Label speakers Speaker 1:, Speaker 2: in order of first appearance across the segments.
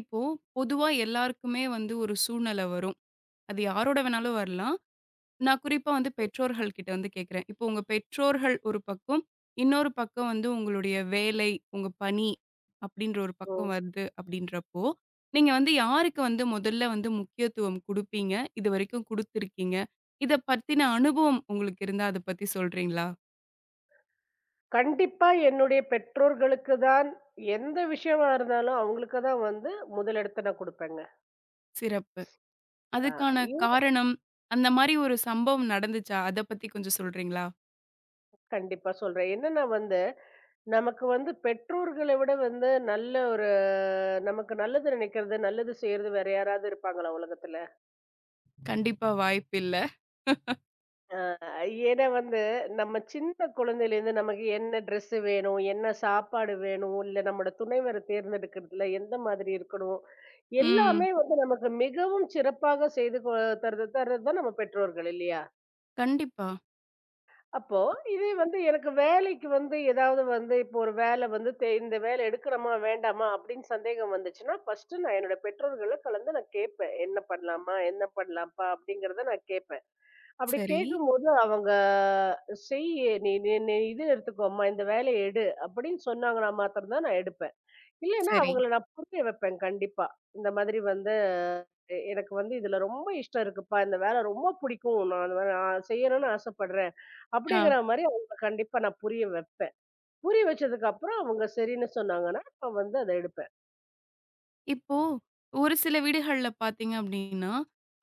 Speaker 1: இப்போ பொதுவா எல்லாருக்குமே வந்து ஒரு சூழ்நிலை வரும். அது யாரோட வேணாலும் வரலாம். நான் குறிப்பா வந்து பெற்றோர்கள் கிட்ட வந்து கேட்கிறேன். இப்போ உங்க பெற்றோர்கள் ஒரு பக்கம், இன்னொரு பக்கம் வந்து உங்களுடைய வேலை, உங்க பணி அப்படின்ற ஒரு
Speaker 2: ஓ!
Speaker 1: பக்கம் வருது அப்படின்றப்போ, நீங்க வந்து யாருக்கு வந்து முதல்ல வந்து முக்கியத்துவம் குடுப்பீங்க? இதுவரைக்கும் குடுத்துருக்கீங்க. இத பத்தின அனுபவம் உங்களுக்கு இருந்தா அத பத்தி சொல்றீங்களா?
Speaker 2: கண்டிப்பா என்னுடைய பெற்றோர்களுக்கு தான் எந்த விஷயமா இருந்தாலும் அவங்களுக்கு தான் வந்து முதலிடத்த நான் குடுப்பேங்க.
Speaker 1: சிறப்பு.
Speaker 2: அ
Speaker 1: அதுக்கான
Speaker 2: ஏன்
Speaker 1: காரணம், அந்த மாரி ஒரு சம்பவம் நடந்துச்சா? அத பத்தி கொஞ்சம் சொல்றீங்களா?
Speaker 2: கண்டிப்பா சொல்றேன். என்னன்னா வந்து, நமக்கு வந்து பெற்றோர்கள விட வந்து நல்ல ஒரு நமக்கு நல்லது நினைக்கிறது, நல்லது செய்றது வேற யாராவது இருப்பாங்களா உலகத்துல?
Speaker 1: கண்டிப்பா வாய்ப்பில்ல.
Speaker 2: ஏன்னா வந்து, நம்ம சின்ன குழந்தையிலேருந்து நமக்கு என்ன ட்ரெஸ் வேணும், என்ன சாப்பாடு வேணும், இல்ல நம்மோட துணைவர தேர்ந்தெடுக்கிறதுல எந்த மாதிரி இருக்கணும்,
Speaker 1: ம்.
Speaker 2: எல்லாமே வந்து நமக்கு மிகவும் சிறப்பாக செய்து தர்றது தர்றது தான் நம்ம பெற்றோர்கள் இல்லையா?
Speaker 1: கண்டிப்பா.
Speaker 2: அப்போ இதே வந்து எனக்கு வேலைக்கு வந்து ஏதாவது வந்து இப்போ ஒரு வேலை வந்து இந்த வேலை எடுக்கிறோமா வேண்டாமா அப்படின்னு சந்தேகம் வந்துச்சுன்னா, ஃபர்ஸ்ட்டு நான் என்னோட பெற்றோர்கள கலந்து நான் கேட்பேன். என்ன பண்ணலாமா? என்ன பண்ணலாம்ப்பா? அப்படிங்கிறத நான் கேட்பேன். அப்படி
Speaker 1: சரி,
Speaker 2: கேட்கும்போது அவங்க செய் நீ நீ நீ இது எடுத்துக்கோம்மா இந்த வேலைய எடு அப்படின்னு சொன்னாங்கன்னா மாத்திரம் தான் நான் எடுப்பேன். இல்லைன்னா
Speaker 1: சரி.
Speaker 2: அவங்கள நான் புரிய வைப்பேன் கண்டிப்பா. இந்த மாதிரி வந்து எனக்கு வந்து இதுல ரொம்ப இஷ்டம் இருக்குப்பா. இந்த வேலை ரொம்ப பிடிக்கும். நான் அந்த வேலை நான் செய்யணும்னு ஆசைப்படுறேன்.
Speaker 1: ஆ.
Speaker 2: அப்படிங்கிற மாரி அவங்கள கண்டிப்பா நான் புரிய வைப்பேன். புரிய வச்சதுக்கு அப்புறம் அவங்க சரின்னு சொன்னாங்கன்னா, நான் வந்து அத எடுப்பேன்.
Speaker 1: இப்போ ஒரு சில வீடுகள்ல பார்த்தீங்க அப்டின்னா,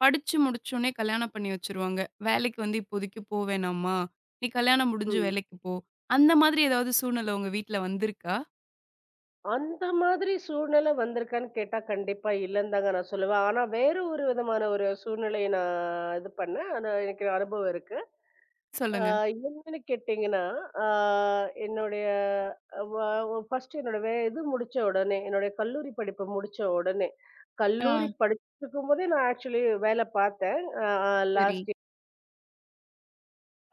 Speaker 1: படிச்சு முடிச்சோனே கல்யாணம் பண்ணி வச்சுருவாங்க. வேலைக்கு வந்து இப்போதைக்கு போ வேணாம்மா, நீ கல்யாணம் முடிஞ்சு
Speaker 2: ம்.
Speaker 1: வேலைக்கு போ. அந்த மாதிரி ஏதாவது சூழ்நிலை உங்க வீட்ல வந்திருக்கா?
Speaker 2: அந்த மாதிரி சூழ்நிலை வந்திருக்கான்னு கேட்டா கண்டிப்பா இல்லன்தாங்க நான் சொல்லுவேன். ஆனா வேற ஒரு விதமான ஒரு சூழ்நிலைய நான் இது பண்ணேன். ஆனா எனக்கு அனுபவம் இருக்கு. அ
Speaker 1: சொல்லுங்க.
Speaker 2: என்னன்னு கேட்டீங்கன்னா, அ என்னுடைய வ ஃபர்ஸ்ட்டு என்னோட இது முடிச்ச உடனே, என்னுடைய கல்லூரி படிப்பு முடிச்ச உடனே,
Speaker 1: ஆ.
Speaker 2: கல்லூரி படிச்சிருக்கும்போதே நான் ஆக்சுவலி வேல பார்த்தேன். அ அ
Speaker 1: சரி.
Speaker 2: Last year.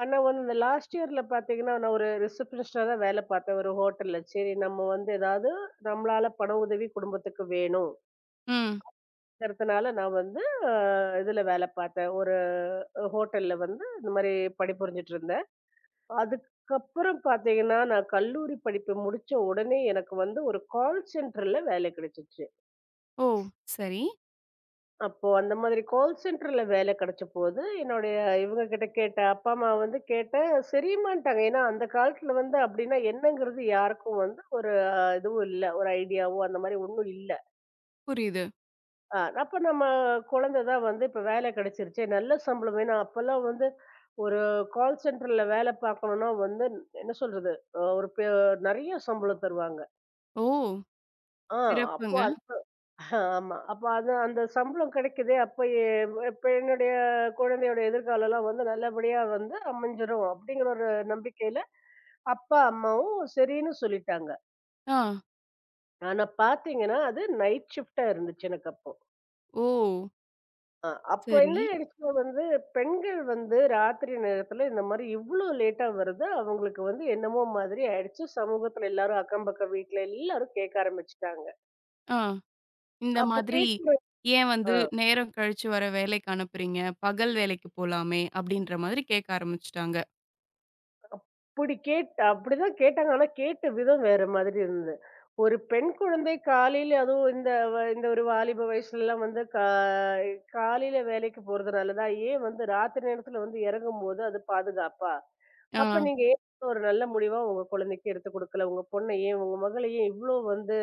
Speaker 2: ஆனா வந்து இந்த லாஸ்ட் இயர்ல பார்த்தீங்கன்னா, நான் ஒரு ரிசப்ஷனிஸ்ட்டா தான் வேல பார்த்தேன் ஒரு ஹோட்டல்ல. சரி நம்ம வந்து ஏதாவது நம்மளால பண உதவி குடும்பத்துக்கு வேணும்.
Speaker 1: ம்.
Speaker 2: இருக்கிறதுனால நான் வந்து அ இதுல வேல பார்த்தேன். ஒரு ஹோட்டல்ல வந்து இந்த மாரி பணிபுரிஞ்சுட்டு இருந்தேன். அதுக்கப்புறம் பார்த்தீங்கன்னா, நான் கல்லூரி படிப்பு முடிச்ச உடனே எனக்கு வந்து ஒரு கால் சென்டர்ல வேலை கிடைச்சுச்சு.
Speaker 1: ஓ! சரி.
Speaker 2: அப்போ அந்த மாதிரி கால் சென்டர்ல வேலை கிடைச்சபோது, என்னுடைய இவங்க கிட்ட கேட்டேன். அப்பா, அம்மா வந்து கேட்டேன். சரிம்மான்ட்டாங்க. ஏன்னா அந்த காலத்துல வந்து அப்டின்னா என்னங்கிறது யாருக்கும் வந்து ஒரு இதுவும் இல்ல. ஒரு ஐடியாவோ அந்த மாரி ஒண்ணும் இல்ல.
Speaker 1: புரியுது.
Speaker 2: அப்ப நம்ம குழந்தை தான் வந்து இப்ப வேலை கிடைச்சிருச்சே, நல்ல சம்பளம். ஏன்னா அப்பலாம் வந்து ஒரு கால் சென்டர்ல வேலை பார்க்கணும்னா வந்து என்ன சொல்றது? ஒரு பெ நெறைய சம்பளம் தருவாங்க.
Speaker 1: ஓ!
Speaker 2: ஆ அப்போ
Speaker 1: சிறப்புங்க.
Speaker 2: அது ஆமா. அப்ப அது அந்த சம்பளம் கிடைக்குதே! அப்ப இப்ப என்னுடைய குழந்தையோட எதிர்காலம்லாம் வந்து நல்லபடியா வந்து அமைஞ்சிரும் அப்படிங்கிற ஒரு நம்பிக்கையில அப்பா, அம்மாவும் சரின்னு சொல்லிட்டாங்க.
Speaker 1: ஆ.
Speaker 2: ஆனா பார்த்தீங்கன்னா, அது நைட் ஷிஃப்ட்டா இருந்துச்சு எனக்கு அப்போ.
Speaker 1: ஓ!
Speaker 2: அப்போ
Speaker 1: சரி.
Speaker 2: என்ன ஆயிடுச்சுன்னா வந்து, பெண்கள் வந்து ராத்திரி நேரத்துல இந்த மாரி இவ்ளோ லேட்டா வருது. அவங்களுக்கு வந்து என்னமோ மாதிரி ஆயிடுச்சு. சமூகத்துல எல்லாரும் அக்கம் பக்கம் வீட்ல எல்லாரும் கேட்க ஆரம்பிச்சுட்டாங்க.
Speaker 1: ஆ. இந்த
Speaker 2: அப்ப
Speaker 1: மாதிரி
Speaker 2: கேட்கிற
Speaker 1: ஏன்
Speaker 2: அ
Speaker 1: வந்து நேரம் கழிச்சு வர வேலைக்கு அனுப்புறீங்க? பகல் வேலைக்கு போலாமே! அப்டின்ற மாதிரி கேட்க ஆரம்பிச்சுட்டாங்க.
Speaker 2: அப்படி கேட் அப்படிதான் கேட்டாங்க. ஆனா கேட்ட விதம் வேற மாதிரி இருந்தது. ஒரு பெண் குழந்தை காலையில அதுவும் இந்த இந்த ஒரு வாலிப வயசுலலாம் வந்து காலையில வேலைக்கு போறதுனால தான், ஏன் வந்து ராத்திரி நேரத்துல வந்து இறங்கும்போது அது பாதுகாப்பா?
Speaker 1: ஆ.
Speaker 2: அப்ப நீங்க ஏன் ஒரு நல்ல முடிவா உங்க குழந்தைக்கு எடுத்து குடுக்கல? உங்க பொண்ண ஏன் உங்க மகள ஏன் இவ்ளோ வந்து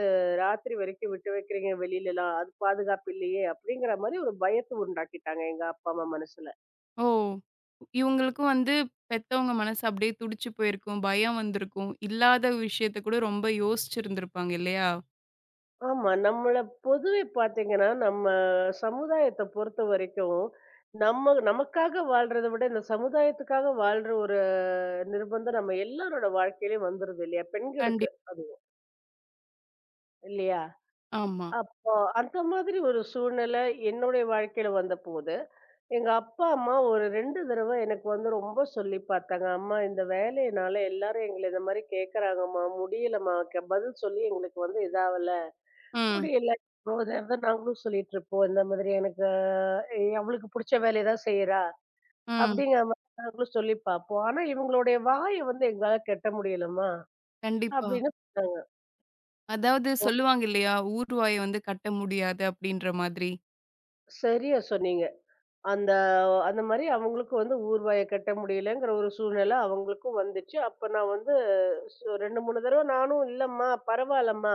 Speaker 2: ராத்திரி வரைக்கும் விட்டு வைக்கிறீங்க வெளிலலாம்? அது பாதுகாப்பு இல்லையே! அப்படிங்கிற மாரி ஒரு பயத்த உண்டாக்கிட்டாங்க எங்க அப்பா, அம்மா மனசுல.
Speaker 1: ஓ! இவங்களுக்கும் வந்து பெத்தவங்க மனசு அப்டியே துடிச்சு போயிருக்கும். பயம் வந்திருக்கும். இல்லாத விஷயத்த கூட ரொம்ப யோசிச்சிருந்திருப்பாங்க இல்லையா?
Speaker 2: ஆமா. நம்மள பொதுவே பார்த்தீங்கன்னா, நம்ம சமுதாயத்த பொறுத்த வரைக்கும், நம்ம நமக்காக வாழ்றத விட, இந்த சமுதாயத்துக்காக வாழ்ற ஒரு நிர்பந்தம் நம்ம எல்லாரோட வாழ்க்கையிலயும் வந்துருது இல்லையா? பெண்களுக்கு
Speaker 1: கண்டிப்
Speaker 2: அதுவும். இல்லையா?
Speaker 1: ஆமா.
Speaker 2: அப்போ அந்த மாதிரி ஒரு சூழ்நிலை என்னுடைய வாழ்க்கையில வந்தபோது, எங்க அப்பா, அம்மா ஒரு 2 தடவ எனக்கு வந்து ரொம்ப சொல்லி பார்த்தாங்க. "அம்மா இந்த வேலையினால எல்லாரும் எங்கள இந்த மாரி கேட்கறாங்கம்மா. முடியலம்மா. பதில் சொல்லி எங்களுக்கு வந்து இதாவல.
Speaker 1: ம்.
Speaker 2: முடியல." ஒரு தடவை நாங்களும் சொல்லிட்டுருப்போம். இந்த மாதிரி எனக்கு அவளுக்கு புடிச்ச வேலைய தான் செய்றா.
Speaker 1: ம்.
Speaker 2: அப்படிங்கிற மாரி நாங்களும் சொல்லி பார்ப்போம். ஆனா இவங்களுடைய வாய வந்து எங்களால கட்ட முடியலம்மா
Speaker 1: கண்டிப்பா.
Speaker 2: அப்படின்னு சொன்னாங்க.
Speaker 1: அதாவது சொல்லுவாங்க இல்லையா? ஊர் வாய வந்து கட்ட முடியாது அப்டின்ற மாதிரி.
Speaker 2: சரியா சொன்னீங்க. அந்த அந்த மாரி அவங்களுக்கும் வந்து ஊர்வாய கட்ட முடியலங்கிற ஒரு சூழ்நிலை அவங்களுக்கும் வந்துச்சு. அப்ப நான் வந்து 2, 3 தடவ நானும் இல்லம்மா, பரவால்லம்மா.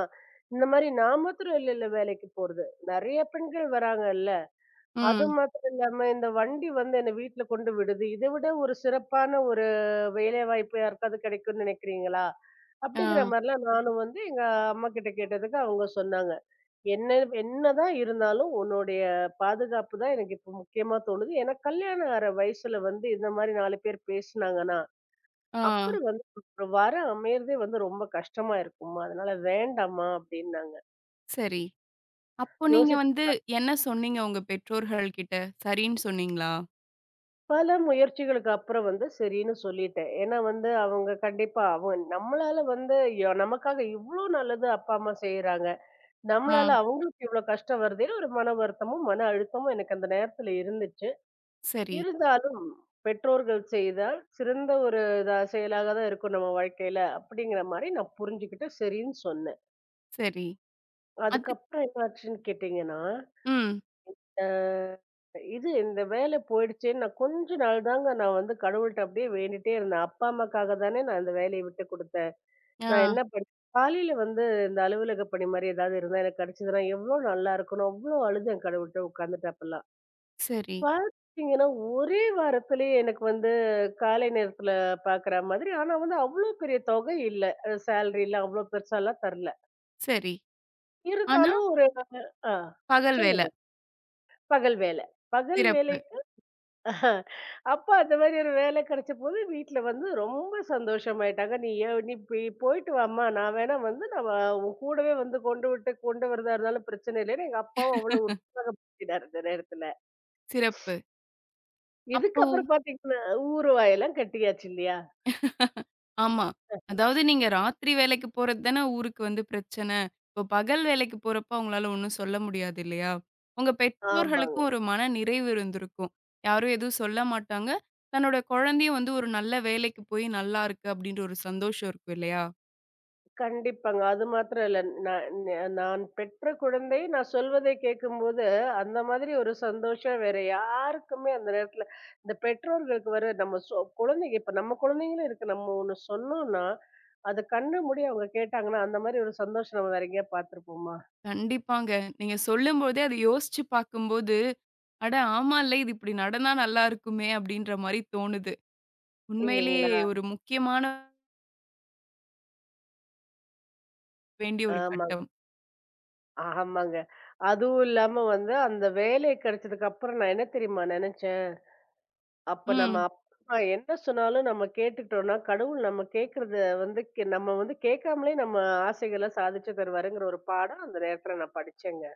Speaker 2: இந்த மாரி நான் மாத்திரம் இல்லல்ல வேலைக்கு போறது. நெறைய பெண்கள் வராங்கல்ல. அது
Speaker 1: ம்.
Speaker 2: மாத்திரம் இல்லாம இந்த வண்டி வந்து என்ன வீட்ல கொண்டு விடுது. இத விட ஒரு சிறப்பான ஒரு வேலைவாய்ப்பு யாருக்காவது கிடைக்கும்னு நினைக்கிறீங்களா? அப்படிங்கிற
Speaker 1: ஆ.
Speaker 2: மாரிலாம் நானும் வந்து எங்க அம்மாகிட்ட கேட்டதுக்கு அவங்க சொன்னாங்க. என்ன என்னதான் இருந்தாலும் உன்னுடைய பாதுகாப்பு தான் எனக்கு இப்ப முக்கியமா தோணுது. ஏன்னா கல்யாணம் ஆற வயசுல வந்து இந்த மாரி 4 பேர் பேசுனாங்கன்னா,
Speaker 1: ஆ.
Speaker 2: அப்புறம் வந்து ஒரு வர அமையறதே வந்து ரொம்ப கஷ்டமா இருக்கும்மா. அதனால வேண்டாம்மா அப்படின்னாங்க.
Speaker 1: சரி. அப்போ நீங்க
Speaker 2: யோசிச்சு
Speaker 1: வந்து என்ன சொன்னீங்க உங்க பெற்றோர்கள் கிட்ட? சரின்னு சொன்னீங்களா?
Speaker 2: பல முயற்சிகளுக்கு அப்புறம் வந்து சரின்னு சொல்லிட்டேன். ஏன்னா வந்து அவங்க கண்டிப்பா அவங்க நம்மளால வந்து நமக்காக இவ்ளோ நல்லது அப்பா, அம்மா செய்றாங்க.
Speaker 1: ஆ.
Speaker 2: நம்மளால அவங்களுக்கு இவ்ளோ கஷ்டம் வருதேன்னு ஒரு மன வருத்தமும், மன அழுத்தமும் எனக்கு அந்த நேரத்துல இருந்துச்சு.
Speaker 1: சரி,
Speaker 2: இருந்தாலும் பெற்றோர்கள் செய்தால் சிறந்த ஒரு இதா செயலாக தான் இருக்கும் நம்ம வாழ்க்கையில. அப்படிங்கிற மாரி நான் புரிஞ்சுகிட்டு சரின்னு சொன்னேன்.
Speaker 1: சரி. அது
Speaker 2: அதுக்கப்புறம் என்ன ஆச்சுன்னு கேட்டீங்கன்னா
Speaker 1: ம்.
Speaker 2: அ இந்த வேலை போயிடுச்சேன்னு நான் கொஞ்ச நாள் தாங்க நான் வந்து கடவுள்ட்ட அப்படியே வேண்டிட்டே இருந்தேன். அப்பா, அம்மாக்காக தானே நான் இந்த வேலைய விட்டு குடுத்தேன். நான்
Speaker 1: ஆ.
Speaker 2: என்ன பண்ணேன், காலையில வந்து இந்த அலுவலக பணி மாரி ஏதாவது இருந்தா எனக்கு கிடைச்சதுன்னா எவ்ளோ நல்லா இருக்கணும். அவ்ளோ அழுதேன் கடவுள்ட்ட உட்கார்ந்துட்டு அப்பலாம்.
Speaker 1: சரி,
Speaker 2: பார்த்தீங்கன்னா, ஒரே வாரத்திலேயே எனக்கு வந்து காலை நேரத்தில பார்க்குற மாதிரி, ஆனா வந்து அவ்ளோ பெரிய தொகை இல்ல. சேலரிலாம் அவ்ளோ பெருசாலாம் தரல.
Speaker 1: சரி. ஆனா,
Speaker 2: இருந்தாலும் ஒரு ஆ
Speaker 1: பகல் வேல.
Speaker 2: சொல்லுங்க. பகல் வேலை. பகல் வேலை
Speaker 1: சிறப்பு,
Speaker 2: அப்ப அந்த மாதிரி ஒரு வேலை கிடைச்சபோது வீட்ல வந்து ரொம்ப சந்தோஷமாயிட்டாங்க. "நீ போயிட்டு வாம்மா. நான் வேணா வந்து நான் வ உன் கூடவே வந்து கொண்டு விட்டு கொண்டு வரதா இருந்தாலும் பிரச்சனை இல்லைன்னு" எங்க அப்பாவும் அவ்வளோ உற்சாகப்படுத்தினாரு அந்த நேரத்துல.
Speaker 1: சிறப்பு. அப்போ
Speaker 2: இதுக்கப்புறம் பார்த்தீங்கன்னா, ஊறுவாய் எல்லாம் கட்டியாச்சு இல்லையா?
Speaker 1: ஆமா. அதாவது நீங்க ராத்திரி வேலைக்கு போறது தானே ஊருக்கு வந்து பிரச்சன. இப்போ பகல் வேலைக்கு போறப்போ அவங்களால ஒண்ணும் சொல்ல முடியாது இல்லையா? உங்க
Speaker 2: ஆமா.
Speaker 1: பெற்றோர்களுக்கும் ஒரு மன நிறைவு இருந்திருக்கும். யாரும் எதுவும் சொல்ல மாட்டாங்க. தன்னோட குழந்தையும் வந்து ஒரு நல்ல வேலைக்கு போய் நல்லா இருக்கு அப்டின்ற ஒரு சந்தோஷம் இருக்கும் இல்லையா?
Speaker 2: கண்டிப்பாங்க. அது மாத்திரம் இல்ல. நான் ந நான் பெற்ற குழந்தை நான் சொல்வதை கேட்கும்போது, அந்த மாதிரி ஒரு சந்தோஷம் வேற யாருக்குமே அந்த நேரத்துல இந்த பெற்றோர்களுக்கு வர நம்ம குழந்தைங்க இப்ப நம்ம குழந்தைங்களும் இருக்கு. நம்ம ஒண்ணு சொன்னோம்னா, அத கண்ண மூடி அவங்க கேட்டாங்கன்னா, அந்த மாதிரி ஒரு சந்தோஷம் நம்ம வேற எங்கேயா பார்த்துருப்போமா?
Speaker 1: கண்டிப்பாங்க. நீங்க சொல்லும்போதே அத யோசிச்சு பார்க்கும்போது, அட ஆமால்ல இது இப்படி நடந்தா நல்லா இருக்குமே அப்படின்ற மாரி தோணுது. உண்மையிலேயே
Speaker 2: இல்லைங்களா?
Speaker 1: ஒரு முக்கியமான வேண்டிய ஒரு
Speaker 2: ஆமாங்க.
Speaker 1: கட்டம்.
Speaker 2: ஆமாங்க. அதுவும் இல்லாம வந்து அந்த வேலை கிடைச்சதுக்கு அப்புறம் நான் என்ன தெரியுமா நெனச்சேன்? அப்ப நம்ம
Speaker 1: ம்.
Speaker 2: அப்பா அம்மா என்ன சொன்னாலும் நம்ம கேட்டுக்கிட்டோம்னா, கடவுள் நம்ம கேட்கிறத வந்து நம்ம வந்து கேட்காமலே நம்ம ஆசைகள சாதிச்சு தருவாருங்கிற ஒரு பாடம் அந்த நேரத்துல நான் படிச்சேங்க.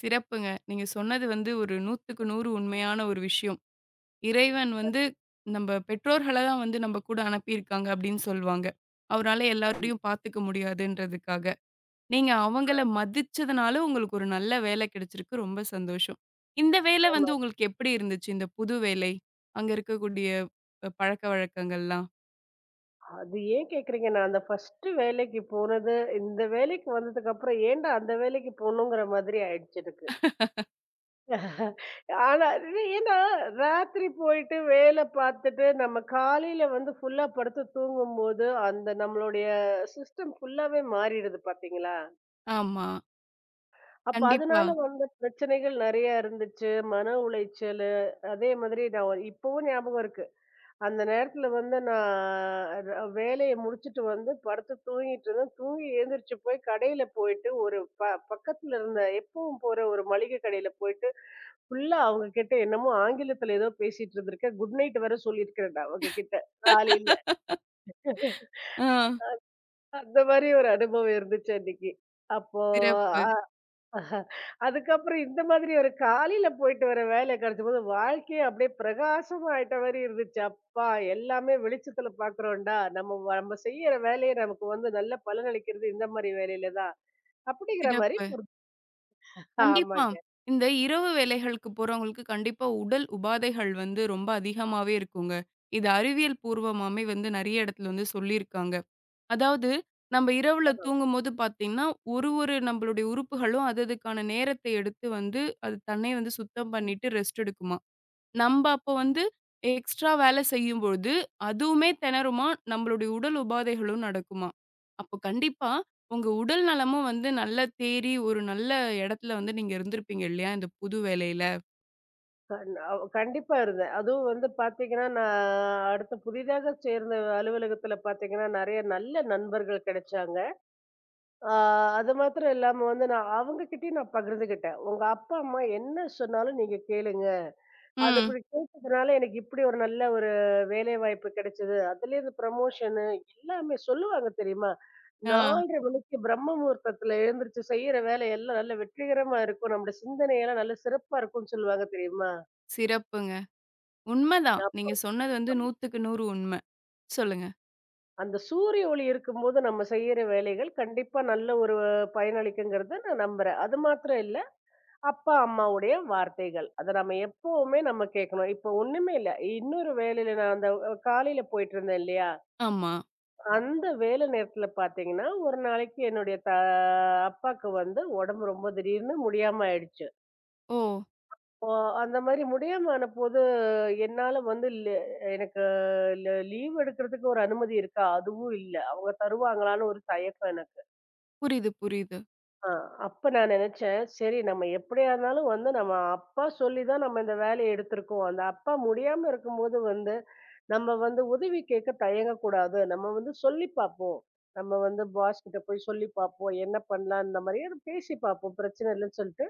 Speaker 1: சிறப்புங்க. நீங்க சொன்னது வந்து ஒரு 100க்கு 100 உண்மையான ஒரு விஷயம். இறைவன் வந்து நம்ப பெற்றோர்கள தான் வந்து நம்ப கூட அனுப்பியிருக்காங்க அப்படின்னு சொல்வாங்க. அவரால
Speaker 2: ஆமா.
Speaker 1: எல்லாரையும் பார்த்துக்க முடியாதுன்றதுக்காக. நீங்க அவங்கள மதிச்சதுனால உங்களுக்கு ஒரு நல்ல வேலை கிடைச்சிருக்கு. ரொம்ப சந்தோஷம். இந்த வேலை
Speaker 2: ஆமா.
Speaker 1: வந்து உங்களுக்கு எப்படி இருந்துச்சு? இந்த புது வேலை. அங்க இருக்கக்கூடிய பழக்கவழக்கங்கள்லாம்.
Speaker 2: அது ஏன் கேட்கிறீங்க? நான் அந்த ஃபர்ஸ்ட்டு வேலைக்கு போனது, இந்த வேலைக்கு வந்ததுக்கப்புறம் ஏன்டா அந்த வேலைக்கு போணுங்கிற மாதிரி ஆயிடுச்சு எனக்கு. ஆனா இது ஏன்னா ராத்திரி போயிட்டு வேலை பார்த்துட்டு, நம்ம காலையில வந்து ஃபுல்லா படுத்து தூங்கும்போது, அந்த நம்மளுடைய சிஸ்டம் ஃபுல்லாவே மாறிடுது பார்த்தீங்களா?
Speaker 1: ஆமா.
Speaker 2: அப்ப
Speaker 1: கண்டிப்பா.
Speaker 2: அதனால வந்த பிரச்சனைகள் நெறைய இருந்துச்சு. மன உளைச்சலு, அதே மாதிரி நான் ஒரு- இப்பவும் ஞாபகம் இருக்கு. அந்த நேரத்துல வந்து நான் ர வேலைய முடிச்சுட்டு வந்து படுத்து தூங்கிட்டு இருந்தேன். தூங்கி எழுந்திரிச்சு போய் கடையில போயிட்டு ஒரு பக்கத்துல இருந்த எப்பவும் போற ஒரு மளிகை கடையில போயிட்டு, ஃபுல்லா அவங்க கிட்ட என்னமோ ஆங்கிலத்துல ஏதோ பேசிட்டு இருந்திருக்கேன். குட் நைட் வேற சொல்லியிருக்கிறேன்டா அவங்க கிட்ட காலையில.
Speaker 1: ஆ.
Speaker 2: அந்த மாரி ஒரு அனுபவம் இருந்துச்சு அன்னைக்கு. அப்போ
Speaker 1: சிறப்பு,
Speaker 2: அ ஆஹா. அதுக்கப்புறம் இந்த மாதிரி ஒரு காலையில போயிட்டு வர வேலை கிடைச்சபோது வாழ்க்கையே அப்படியே பிரகாசமா ஆயிட்ட மாதிரி இருந்துச்சு அப்பா எல்லாமே வெளிச்சத்துல பாக்குறோம்டா நம்ம செய்யற வேலையை நமக்கு வந்து நல்ல பலனளிக்கிறது இந்த மாதிரி வேலையில தான் அப்படிங்கிற மாதிரி
Speaker 1: சிறப்பு.
Speaker 2: புரிஞ்சு-
Speaker 1: கண்டிப்பா.
Speaker 2: ஆமாங்க
Speaker 1: இந்த இரவு வேலைகளுக்கு போறவங்களுக்கு கண்டிப்பா உடல் உபாதைகள் வந்து ரொம்ப அதிகமாவே இருக்குங்க. இது அறிவியல் பூர்வமாமே வந்து நெறைய இடத்துல வந்து சொல்லியிருக்காங்க. அதாவது, நம்ம இரவுல தூங்கும்போது பார்த்தீங்கன்னா, ஒரு ஒரு நம்மளுடைய உறுப்புகளும் அது அதுக்கான நேரத்தை எடுத்து வந்து, அது தன்னை வந்து சுத்தம் பண்ணிட்டு ரெஸ்ட் எடுக்குமாம். நம்ப அப்போ வந்து எக்ஸ்ட்ரா வேலை செய்யும்பொழுது, அதுவுமே திணறுமாம். நம்மளுடைய உடல் உபாதைகளும் நடக்குமாம். அப்போ கண்டிப்பா உங்க உடல் நலமும் வந்து நல்லா தேறி, ஒரு நல்ல இடத்துல வந்து நீங்க இருந்திருப்பீங்க இல்லையா? இந்த புது வேலையில.
Speaker 2: கண்டிப்பா இருந்தேன் அதுவும் வந்து பாத்தீங்கன்னா நான் அடுத்த புதிதாக சேர்ந்த அலுவலகத்துல பாத்தீங்கன்னா நிறைய நல்ல நண்பர்கள் கிடைச்சாங்க அது மாத்திரம் இல்லாம வந்து நான் அவங்க கிட்டயும் நான் பகிர்ந்துகிட்டேன் உங்க அப்பா அம்மா என்ன சொன்னாலும் நீங்க கேளுங்க அது
Speaker 1: ம்.
Speaker 2: அப்படி கேட்டதுனால எனக்கு இப்படி ஒரு நல்ல ஒரு வேலை வாய்ப்பு கிடைச்சது. அதுலேருந்து ப்ரமோஷனு எல்லாமே சொல்லுவாங்க தெரியுமா?
Speaker 1: ஆ.
Speaker 2: 4:30 மணிக்கு பிரம்ம முகூர்த்தத்துல எழுந்திரிச்சு செய்யற வேலையெல்லாம் நல்ல வெற்றிகரமா இருக்கும். நம்முடைய சிந்தனையெல்லாம் நல்ல சிறப்பா இருக்கும்ன்னு சொல்லுவாங்க தெரியுமா?
Speaker 1: சிறப்புங்க. உண்மதான்.
Speaker 2: அப்ப
Speaker 1: நீங்க சொன்னது வந்து 100க்கு 100 உண்ம. சொல்லுங்க.
Speaker 2: அந்த சூரிய ஒளி இருக்கும்போது நம்ம செய்யற வேலைகள் கண்டிப்பா நல்ல ஒரு பயனளிக்குங்கிறத நான் நம்புறேன். அது மாத்திரம் இல்ல, அப்பா, அம்மாவுடைய வார்த்தைகள். அத நம்ம எப்பவுமே நம்ம கேட்கணும். இப்போ ஒண்ணுமே இல்ல. இன்னொரு வேலையில நான் அந்த காலையில போயிட்டு இருந்தேன் இல்லையா?
Speaker 1: ஆமா.
Speaker 2: அந்த வேலை நேரத்துல பார்த்தீங்கன்னா, ஒரு நாளைக்கு என்னுடைய அப்பாக்கு வந்து உடம்பு ரொம்ப திடீர்னு முடியாம ஆயிடுச்சு.
Speaker 1: ஓ!
Speaker 2: இப்போ அந்த மாரி முடியாம ஆனபோது, என்னால வந்து லெ எனக்கு லீவ் எடுக்கிறதுக்கு ஒரு அனுமதி இருக்கா? அதுவும் இல்ல. அவங்க தருவாங்களான்னு ஒரு தயக்கம் எனக்கு.
Speaker 1: புரியுது, புரியுது.
Speaker 2: ஆ, அப்ப நான் நெனச்சேன், சரி நம்ம எப்படியா இருந்தாலும் வந்து நம்ம அப்பா சொல்லி தான் நம்ம இந்த வேலைய எடுத்திருக்கோம். அந்த அப்பா முடியாம இருக்கும்போது வந்து, நம்ம வந்து உதவி கேட்க தயங்கக்கூடாது. நம்ம வந்து சொல்லி பார்ப்போம். நம்ம வந்து பாஸ் கிட்ட போய் சொல்லி பார்ப்போம். என்ன பண்ணலாம் இந்த மாரி பேசி பார்ப்போம். பிரச்சனை இல்லன்னு சொல்லிட்டு,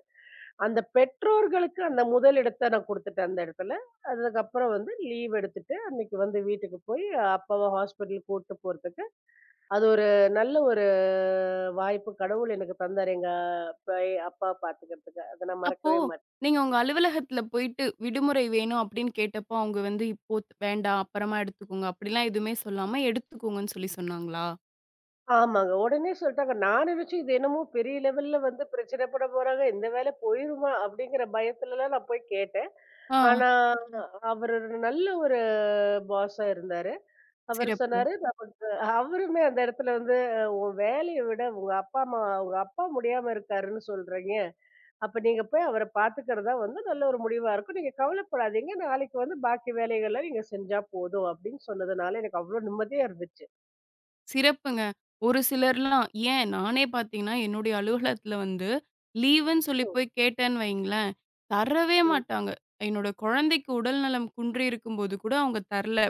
Speaker 2: அந்த பெற்றோர்களுக்கு அந்த முதல் இடத்த நான் குடுத்துட்டேன் அந்த இடத்துல. அதுக்கப்புறம் வந்து லீவ் எடுத்துட்டு, அன்னைக்கு வந்து வீட்டுக்கு போய் அப்பாவ ஹாஸ்பிட்டல் கூட்டு போறதுக்கு அது ஒரு நல்ல ஒரு வாய்ப்பு கடவுள் எனக்கு தந்தாரு. எங்க அப்பாவ பார்த்துக்கிறதுக்கு. அத நான்
Speaker 1: அப்போ,
Speaker 2: மறக்கவே மாட்டேன்.
Speaker 1: நீங்க உங்க அலுவலகத்துல போயிட்டு விடுமுறை வேணும் அப்படின்னு கேட்டப்போ, அவங்க வந்து இப்போ வேண்டாம், அப்புறமா எடுத்துக்கோங்க அப்படிலாம் எதுவுமே சொல்லாம எடுத்துக்கோங்கன்னு சொல்லி சொன்னாங்களா?
Speaker 2: ஆமாங்க. உடனே சொல்ட்டாங்க. நான் நினைச்சேன் இது என்னமோ பெரிய லெவல்ல வந்து பிரச்சனை பண்ண போறாங்க. இந்த வேலை போயிருமா? அப்படிங்கிற பயத்துலலாம் நான் போய் கேட்டேன்.
Speaker 1: ஆ,
Speaker 2: ஆனா அவரு ஒரு நல்ல ஒரு பாஸ்ஸா இருந்தாரு. அவரு
Speaker 1: சிறப்பு.
Speaker 2: சொன்னாரு, நமக்கு அவருமே அந்த இடத்துல வந்து, "உன் வேலைய விட உங்க அப்பா அம்மா உங்க அப்பா முடியாம இருக்காருன்னு சொல்றீங்க. அப்ப நீங்க போய் அவர பார்த்துக்கிறதா வந்து நல்ல ஒரு முடிவா இருக்கும். நீங்க கவலைப்படாதீங்க. நாளைக்கு வந்து பாக்கி வேலைகள்லாம் நீங்க செஞ்சா போதும் அப்படின்னு சொன்னதுனால எனக்கு அவ்ளோ நிம்மதியா இருந்துச்சு.
Speaker 1: சிறப்புங்க. ஒரு சிலர்லாம் ஏன் நானே பார்த்தீங்கன்னா, என்னுடைய அலுவலகத்தில வந்து லீவுன்னு சொல்லி
Speaker 2: ம்,
Speaker 1: போய் கேட்டேன்னு வைங்களேன், தரவே
Speaker 2: ம்.
Speaker 1: மாட்டாங்க. என்னோட குழந்தைக்கு உடல்நலம் குன்றியிருக்கும்போது கூட அவங்க தரல.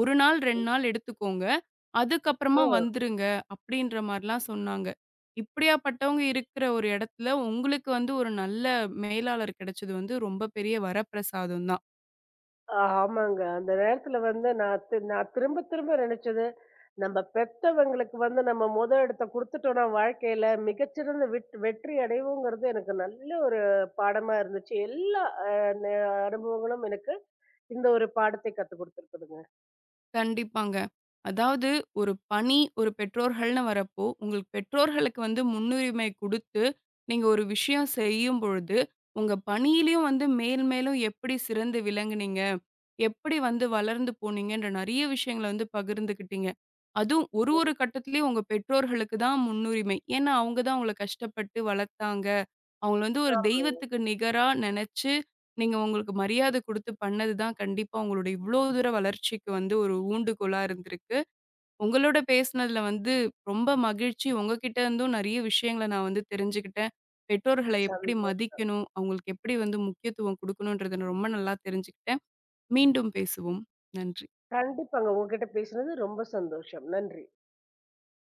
Speaker 1: 1 நாள் 2 நாள் எடுத்துக்கோங்க. அதுக்கப்புறமா
Speaker 2: ஆ.
Speaker 1: வந்துருங்க அப்படின்ற மாரிலாம் சொன்னாங்க. இப்படியாப்பட்டவங்க இருக்கிற ஒரு இடத்துல உங்களுக்கு வந்து ஒரு நல்ல மேலாளர் கிடைச்சது வந்து ரொம்ப பெரிய வரப்பிரசாதம் தான்.
Speaker 2: ஆமாங்க. அந்த நேரத்துல வந்து நான் திரும்ப திரும்ப நினைச்சது, நம்ம பெத்தவங்களுக்கு வந்து நம்ம மொத இடத்த குடுத்துட்டோம்னா வாழ்க்கையில மிகச்சிறந்த வெற்றி அடைவோங்கிறது எனக்கு நல்ல ஒரு பாடமா இருந்துச்சு. எல்லா அ ந அனுபவங்களும் எனக்கு இந்த ஒரு பாடத்தை கத்துக் குடுத்துருக்குதுங்க.
Speaker 1: கண்டிப்பாங்க. அதாவது ஒரு பணி, ஒரு பெற்றோர்கள்னு வரப்போ, உங்கள் பெற்றோர்களுக்கு வந்து முன்னுரிமை குடுத்து, நீங்க ஒரு விஷயம் செய்யும் பொழுது, உங்க பணியிலயும் வந்து மேல் மேலும் எப்படி சிறந்து விளங்குனீங்க? எப்படி வந்து வளர்ந்து போனீங்கன்ற நெறைய விஷயங்கள வந்து பகிர்ந்துக்கிட்டீங்க. அதுவும் ஒரு ஒரு கட்டத்திலயும் உங்க பெற்றோர்களுக்கு தான் முன்னுரிமை. ஏன்னா, அவங்க தான் உங்கள கஷ்டப்பட்டு வளர்த்தாங்க. அவங்கள வந்து ஒரு
Speaker 2: ஆமா.
Speaker 1: தெய்வத்துக்கு நிகரா நெனச்சு, நீங்க அவங்களுக்கு மரியாதை குடுத்து பண்ணது தான் கண்டிப்பா உங்களோட இவ்ளோ தூர வளர்ச்சிக்கு வந்து ஒரு ஊண்டுகோலா இருந்திருக்கு. உங்களோட பேசினதுல வந்து ரொம்ப மகிழ்ச்சி. உங்ககிட்ட இருந்தும் நெறைய விஷயங்கள நான் வந்து தெரிஞ்சுக்கிட்டேன். பெற்றோர்கள
Speaker 2: சந்
Speaker 1: எப்படி மதிக்கணும்? அவங்களுக்கு எப்படி வந்து முக்கியத்துவம் குடுக்கணுன்றத நான் ரொம்ப நல்லா தெரிஞ்சுக்கிட்டேன். மீண்டும் பேசுவோம். நன்றி.
Speaker 2: கண்டிப்பாங்க. உங்ககிட்ட பேசினது ரொம்ப சந்தோஷம். நன்றி.